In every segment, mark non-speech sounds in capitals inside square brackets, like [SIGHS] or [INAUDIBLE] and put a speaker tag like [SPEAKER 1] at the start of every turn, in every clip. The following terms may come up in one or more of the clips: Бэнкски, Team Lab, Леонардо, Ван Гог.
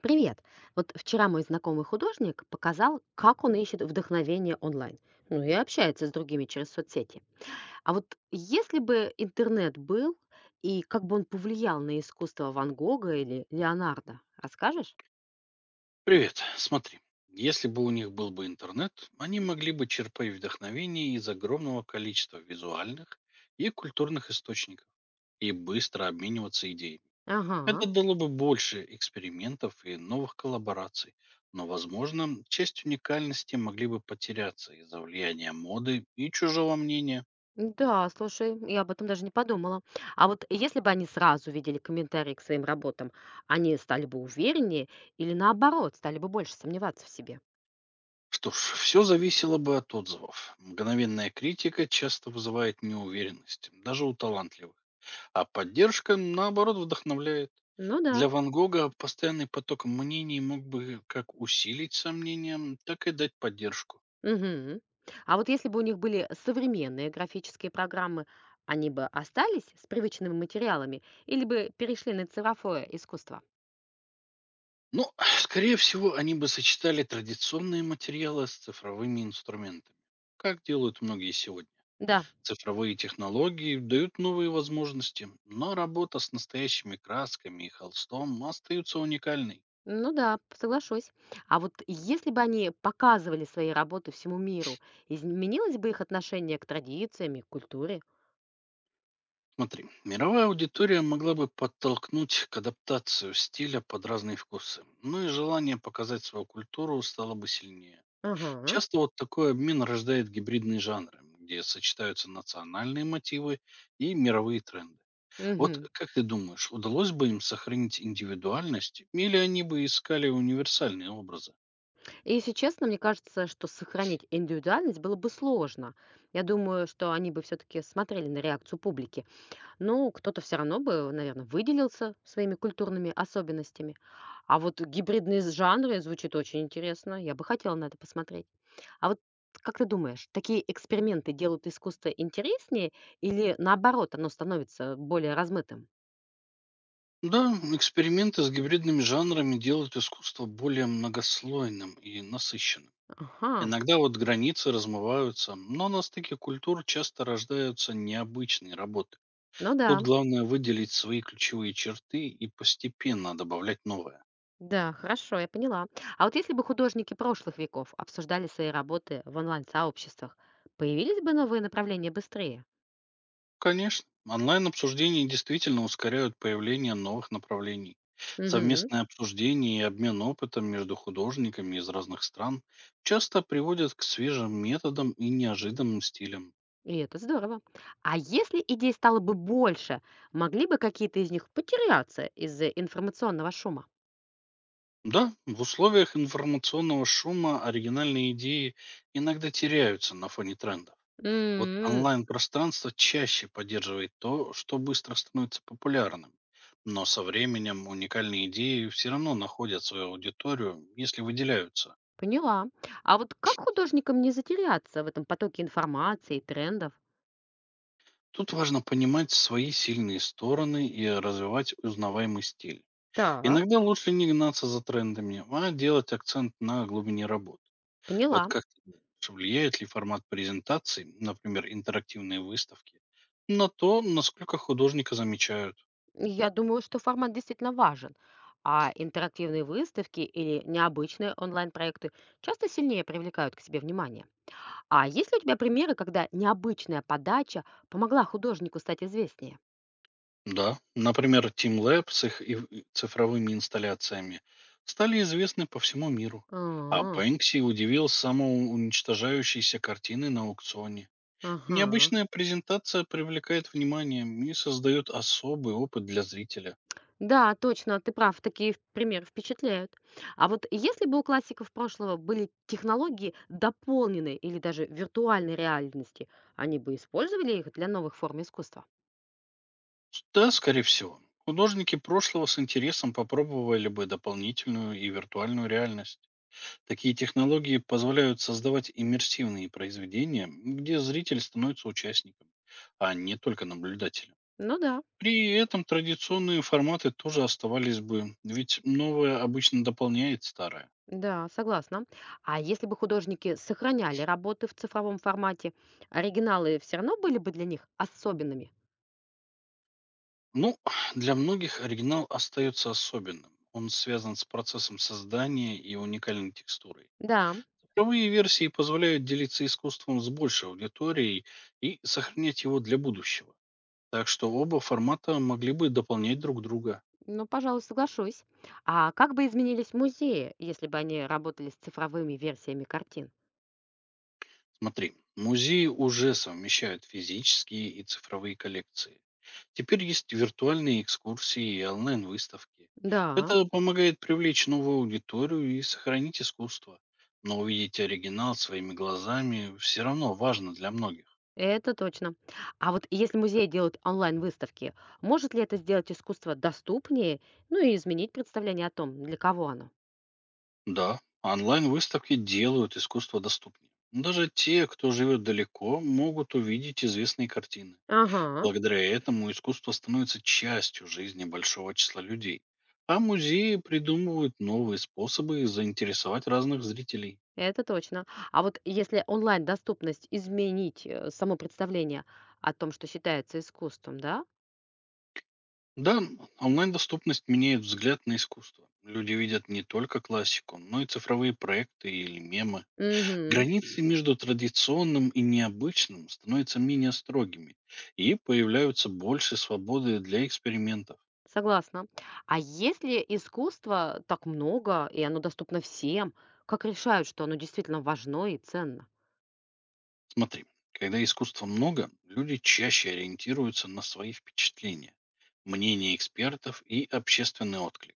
[SPEAKER 1] Привет. Вот вчера мой знакомый художник показал, как он ищет вдохновение онлайн. Ну и общается с другими через соцсети. А вот если бы интернет был, и как бы он повлиял на искусство Ван Гога или Леонардо, расскажешь?
[SPEAKER 2] Привет. Смотри, если бы у них был бы интернет, они могли бы черпать вдохновение из огромного количества визуальных и культурных источников и быстро обмениваться идеями. Это
[SPEAKER 1] Ага.
[SPEAKER 2] дало бы больше экспериментов и новых коллабораций, но, возможно, часть уникальности могли бы потеряться из-за влияния моды и чужого мнения.
[SPEAKER 1] Да, слушай, я об этом даже не подумала. А вот если бы они сразу видели комментарии к своим работам, они стали бы увереннее или наоборот, стали бы больше сомневаться в себе?
[SPEAKER 2] Что ж, все зависело бы от отзывов. Мгновенная критика часто вызывает неуверенность, даже у талантливых. А поддержка, наоборот, вдохновляет.
[SPEAKER 1] Ну да.
[SPEAKER 2] Для Ван Гога постоянный поток мнений мог бы как усилить сомнения, так и дать поддержку.
[SPEAKER 1] Мгм. А вот если бы у них были современные графические программы, они бы остались с привычными материалами или бы перешли на цифровое искусство?
[SPEAKER 2] Но, [SNIFFS] [SIGHS] скорее всего, они бы сочетали традиционные материалы с цифровыми инструментами. Как делают многие сегодня.
[SPEAKER 1] Да,
[SPEAKER 2] Цифровые технологии дают новые возможности, но работа с настоящими красками и холстом остается уникальной.
[SPEAKER 1] ну да, соглашусь. А вот если бы они показывали свои работы всему миру, изменилось бы их отношение к традициям и к культуре?
[SPEAKER 2] Смотри, мировая аудитория могла бы подтолкнуть к адаптацию стиля под разные вкусы. Ну и желание показать свою культуру стало бы сильнее.
[SPEAKER 1] Ага.
[SPEAKER 2] Часто вот такой обмен рождает гибридные жанры, где сочетаются национальные мотивы и мировые тренды. Вот
[SPEAKER 1] Мгм.
[SPEAKER 2] как ты думаешь, удалось бы им сохранить индивидуальность, или они бы искали универсальные образы?
[SPEAKER 1] И если честно, мне кажется, что сохранить индивидуальность было бы сложно. Я думаю, что они бы все-таки смотрели на реакцию публики. Ну, кто-то все равно бы, наверное, выделился своими культурными особенностями. А вот гибридные з жанры звучит очень интересно. Я бы хотела на это посмотреть. А вот как ты думаешь, такие эксперименты делают искусство интереснее или, наоборот, оно становится более размытым?
[SPEAKER 2] Да, эксперименты с гибридными жанрами делают искусство более многослойным и насыщенным.
[SPEAKER 1] Ага,
[SPEAKER 2] Иногда вот границы размываются, но на стыке культур часто рождаются необычные работы.
[SPEAKER 1] ну
[SPEAKER 2] Тут
[SPEAKER 1] да,
[SPEAKER 2] главное выделить свои ключевые черты и постепенно добавлять новое.
[SPEAKER 1] да, хорошо, я поняла. А вот если бы художники прошлых веков обсуждали свои работы в онлайн-сообществах, появились бы новые направления быстрее?
[SPEAKER 2] Конечно, онлайн-обсуждения действительно ускоряют появление новых направлений.
[SPEAKER 1] Угу.
[SPEAKER 2] Совместное обсуждение и обмен опытом между художниками из разных стран часто приводят к свежим методам и неожиданным стилям.
[SPEAKER 1] И это здорово. А если идей стало бы больше, могли бы какие-то из них потеряться из-за информационного шума?
[SPEAKER 2] Да, в условиях информационного шума оригинальные идеи иногда теряются на фоне тренда. Вот
[SPEAKER 1] М,
[SPEAKER 2] онлайн-пространство чаще поддерживает то, что быстро становится популярным. Но со временем уникальные идеи все равно находят свою аудиторию, если выделяются.
[SPEAKER 1] поняла. А вот как художникам не затеряться в этом потоке информации и трендов?
[SPEAKER 2] Тут важно понимать свои сильные стороны и развивать узнаваемый стиль.
[SPEAKER 1] Так,
[SPEAKER 2] Иногда лучше не гнаться за трендами, а делать акцент на глубине работ. Вот
[SPEAKER 1] поняла.
[SPEAKER 2] как ты думаешь, влияет ли формат презентаций, например, интерактивные выставки, на то, насколько художника замечают?
[SPEAKER 1] Я думаю, что формат действительно важен. А интерактивные выставки или необычные онлайн-проекты часто сильнее привлекают к себе внимание. А есть ли у тебя примеры, когда необычная подача помогла художнику стать известнее?
[SPEAKER 2] Да, например, Team Lab с их цифровыми инсталляциями стали известны по всему миру. А
[SPEAKER 1] А,
[SPEAKER 2] Бэнкси удивил самоуничтожающейся картиной на аукционе.
[SPEAKER 1] ага.
[SPEAKER 2] Необычная презентация привлекает внимание и создает особый опыт для зрителя.
[SPEAKER 1] Да, точно, ты прав, такие в примеры впечатляют. А вот если бы у классиков прошлого были технологии дополненной или даже виртуальной реальности, они бы использовали их для новых форм искусства?
[SPEAKER 2] Да, скорее всего. Художники прошлого с интересом попробовали бы дополнительную и виртуальную реальность. Такие технологии позволяют создавать иммерсивные произведения, где зритель становится участником, а не только наблюдателем.
[SPEAKER 1] Ну да,
[SPEAKER 2] При этом традиционные форматы тоже оставались бы, ведь новое обычно дополняет старое.
[SPEAKER 1] да, согласна. А если бы художники сохраняли работы в цифровом формате, оригиналы все равно были бы для них особенными?
[SPEAKER 2] Ну, [SNIFFS] для многих оригинал остается особенным. Он связан с процессом создания и уникальной текстурой.
[SPEAKER 1] Да,
[SPEAKER 2] Цифровые версии позволяют делиться искусством с большей аудиторией и сохранять его для будущего. Так что оба формата могли бы дополнять друг друга.
[SPEAKER 1] ну, пожалуй, соглашусь. А как бы изменились музеи, если бы они работали с цифровыми версиями картин?
[SPEAKER 2] Смотри, музеи уже совмещают физические и цифровые коллекции. Теперь есть виртуальные экскурсии и онлайн-выставки.
[SPEAKER 1] Да,
[SPEAKER 2] Это помогает привлечь новую аудиторию и сохранить искусство. Но увидеть оригинал своими глазами все равно важно для многих.
[SPEAKER 1] это точно. А вот если музеи делают онлайн-выставки, может ли это сделать искусство доступнее, ну и изменить представление о том, для кого оно?
[SPEAKER 2] Да, онлайн-выставки делают искусство доступнее. Даже те, кто живет далеко, могут увидеть известные картины.
[SPEAKER 1] Ага,
[SPEAKER 2] Благодаря этому искусство становится частью жизни большого числа людей, а музеи придумывают новые способы заинтересовать разных зрителей.
[SPEAKER 1] это точно. А вот если онлайн-доступность изменить само представление о том, что считается искусством, да?
[SPEAKER 2] Да, онлайн-доступность меняет взгляд на искусство. Люди видят не только классику, но и цифровые проекты или мемы.
[SPEAKER 1] Угу,
[SPEAKER 2] Границы между традиционным и необычным становятся менее строгими, и появляются больше свободы для экспериментов.
[SPEAKER 1] согласна. А если искусства так много, и оно доступно всем, как решают, что оно действительно важно и ценно?
[SPEAKER 2] Смотри, когда искусства много, люди чаще ориентируются на свои впечатления, мнения экспертов и общественный отклик.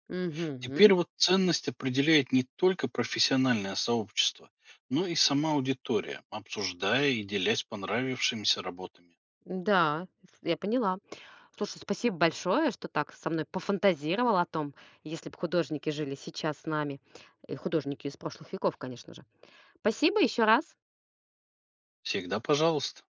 [SPEAKER 2] Теперь
[SPEAKER 1] Угу,
[SPEAKER 2] вот ценность определяет не только профессиональное сообщество, но и сама аудитория, обсуждая и делясь понравившимися работами.
[SPEAKER 1] да, я поняла. Слушай, спасибо большое, что так со мной пофантазировал о том, если бы художники жили сейчас с нами, и художники из прошлых веков, конечно же. Спасибо еще раз.
[SPEAKER 2] Всегда пожалуйста.